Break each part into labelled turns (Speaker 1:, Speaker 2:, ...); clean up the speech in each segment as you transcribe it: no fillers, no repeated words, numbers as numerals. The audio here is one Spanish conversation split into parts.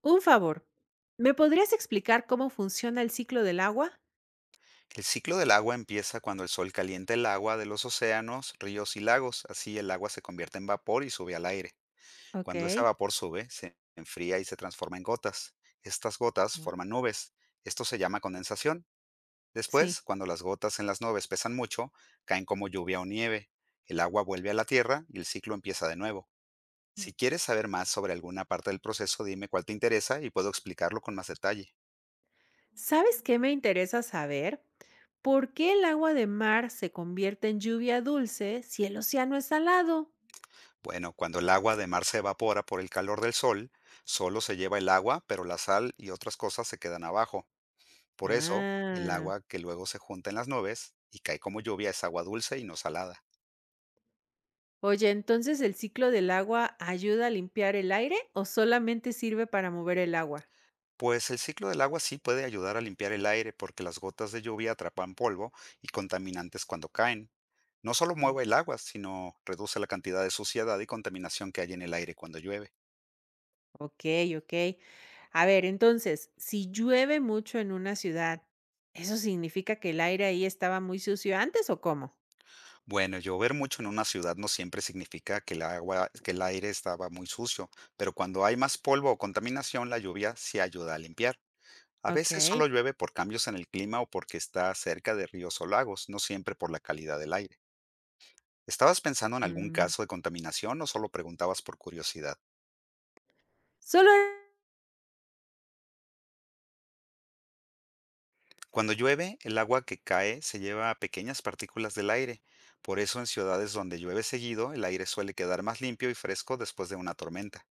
Speaker 1: Un favor, ¿me podrías explicar cómo funciona el ciclo del agua?
Speaker 2: El ciclo del agua empieza cuando el sol calienta el agua de los océanos, ríos y lagos. Así el agua se convierte en vapor y sube al aire.
Speaker 1: Ok.
Speaker 2: Cuando ese vapor sube, se enfría y se transforma en gotas. Estas gotas
Speaker 1: Ah.
Speaker 2: forman nubes. Esto se llama condensación.
Speaker 1: Sí.
Speaker 2: Después, cuando las gotas en las nubes pesan mucho, caen como lluvia o nieve. El agua vuelve a la tierra y el ciclo empieza de nuevo.
Speaker 1: Mm.
Speaker 2: Si quieres saber más sobre alguna parte del proceso, dime cuál te interesa y puedo explicarlo con más detalle.
Speaker 1: ¿Sabes qué me interesa saber? ¿Por qué el agua de mar se convierte en lluvia dulce si el océano es salado?
Speaker 2: Bueno, cuando el agua de mar se evapora por el calor del sol, solo se lleva el agua, pero la sal y otras cosas se quedan abajo. Por eso, el
Speaker 1: Ah.
Speaker 2: agua que luego se junta en las nubes y cae como lluvia es agua dulce y no salada.
Speaker 1: Oye, ¿entonces el ciclo del agua ayuda a limpiar el aire o solamente sirve para mover el agua?
Speaker 2: Pues el ciclo del agua sí puede ayudar a limpiar el aire porque las gotas de lluvia atrapan polvo y contaminantes cuando caen. No solo mueve el agua, sino reduce la cantidad de suciedad y contaminación que hay en el aire cuando llueve.
Speaker 1: Okey, okey. A ver, entonces, si llueve mucho en una ciudad, ¿eso significa que el aire ahí estaba muy sucio antes o cómo?
Speaker 2: Bueno, llover mucho en una ciudad no siempre significa que el agua, que el aire estaba muy sucio, pero cuando hay más polvo o contaminación, la lluvia sí ayuda a limpiar. A veces
Speaker 1: Okey.
Speaker 2: solo llueve por cambios en el clima o porque está cerca de ríos o lagos, no siempre por la calidad del aire. ¿Estabas pensando en algún
Speaker 1: Mm.
Speaker 2: caso de contaminación o solo preguntabas por curiosidad?
Speaker 1: Solo en-
Speaker 2: Cuando llueve, el agua que cae se lleva a pequeñas partículas del aire. Por eso en ciudades donde llueve seguido, el aire suele quedar más limpio y fresco después de una tormenta.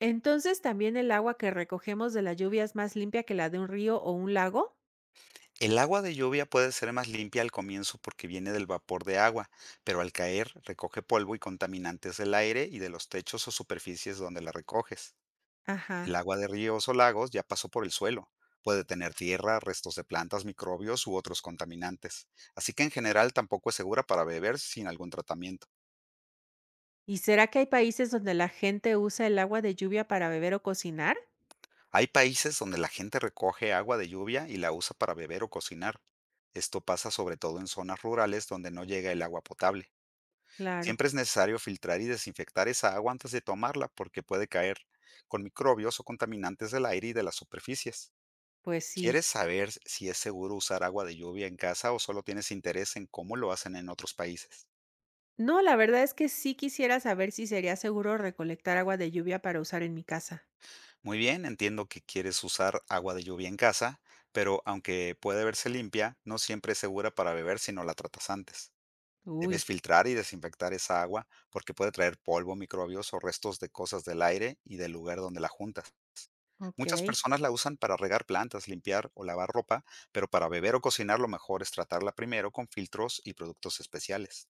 Speaker 1: entonces, ¿también el agua que recogemos de la lluvia es más limpia que la de un río o un lago?
Speaker 2: El agua de lluvia puede ser más limpia al comienzo porque viene del vapor de agua, pero al caer recoge polvo y contaminantes del aire y de los techos o superficies donde la recoges. El
Speaker 1: Ajá.
Speaker 2: agua de ríos o lagos ya pasó por el suelo. Puede tener tierra, restos de plantas, microbios u otros contaminantes. Así que en general tampoco es segura para beber sin algún tratamiento.
Speaker 1: ¿Y será que hay países donde la gente usa el agua de lluvia para beber o cocinar?
Speaker 2: Hay países donde la gente recoge agua de lluvia y la usa para beber o cocinar. Esto pasa sobre todo en zonas rurales donde no llega el agua potable.
Speaker 1: Claro,
Speaker 2: Siempre es necesario filtrar y desinfectar esa agua antes de tomarla porque puede caer con microbios o contaminantes del aire y de las superficies.
Speaker 1: pues sí.
Speaker 2: ¿Quieres saber si es seguro usar agua de lluvia en casa o solo tienes interés en cómo lo hacen en otros países?
Speaker 1: No, la verdad es que sí quisiera saber si sería seguro recolectar agua de lluvia para usar en mi casa.
Speaker 2: Muy bien, entiendo que quieres usar agua de lluvia en casa, pero aunque puede verse limpia, no siempre es segura para beber si no la tratas antes.
Speaker 1: Uy,
Speaker 2: Debes filtrar y desinfectar esa agua porque puede traer polvo, microbios o restos de cosas del aire y del lugar donde la juntas. Muchas
Speaker 1: okey.
Speaker 2: personas la usan para regar plantas, limpiar o lavar ropa, pero para beber o cocinar lo mejor es tratarla primero con filtros y productos especiales.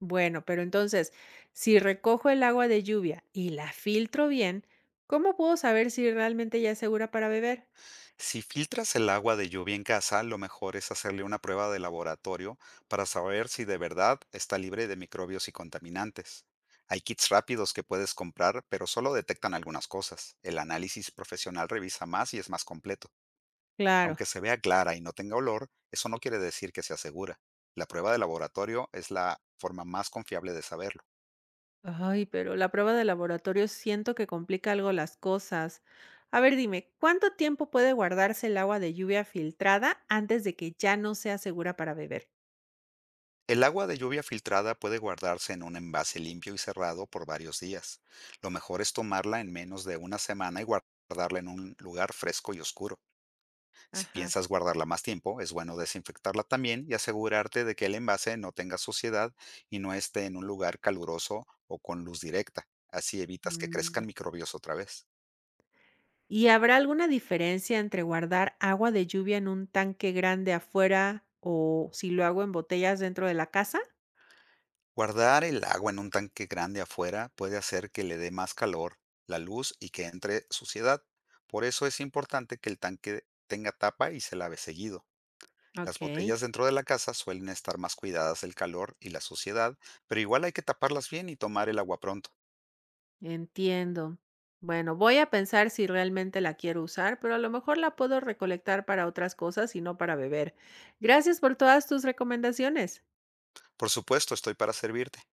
Speaker 1: Bueno, pero entonces, si recojo el agua de lluvia y la filtro bien, ¿cómo puedo saber si realmente ya es segura para beber?
Speaker 2: Si filtras el agua de lluvia en casa, lo mejor es hacerle una prueba de laboratorio para saber si de verdad está libre de microbios y contaminantes. Hay kits rápidos que puedes comprar, pero solo detectan algunas cosas. El análisis profesional revisa más y es más completo.
Speaker 1: Claro.
Speaker 2: Aunque se vea clara y no tenga olor, eso no quiere decir que sea segura. La prueba de laboratorio es la forma más confiable de saberlo.
Speaker 1: Ay, pero la prueba de laboratorio siento que complica algo las cosas. A ver, dime, ¿cuánto tiempo puede guardarse el agua de lluvia filtrada antes de que ya no sea segura para beber?
Speaker 2: El agua de lluvia filtrada puede guardarse en un envase limpio y cerrado por varios días. Lo mejor es tomarla en menos de 1 semana y guardarla en un lugar fresco y oscuro. Si
Speaker 1: Ajá.
Speaker 2: piensas guardarla más tiempo, es bueno desinfectarla también y asegurarte de que el envase no tenga suciedad y no esté en un lugar caluroso o con luz directa. Así evitas que
Speaker 1: Mm.
Speaker 2: crezcan microbios otra vez.
Speaker 1: ¿Y habrá alguna diferencia entre guardar agua de lluvia en un tanque grande afuera o si lo hago en botellas dentro de la casa?
Speaker 2: Guardar el agua en un tanque grande afuera puede hacer que le dé más calor, la luz y que entre suciedad. Por eso es importante que el tanque tenga tapa y se lave seguido. Las
Speaker 1: Ok.
Speaker 2: botellas dentro de la casa suelen estar más cuidadas del calor y la suciedad, pero igual hay que taparlas bien y tomar el agua pronto.
Speaker 1: Entiendo. Bueno, voy a pensar si realmente la quiero usar, pero a lo mejor la puedo recolectar para otras cosas y no para beber. Gracias por todas tus recomendaciones.
Speaker 2: Por supuesto, estoy para servirte.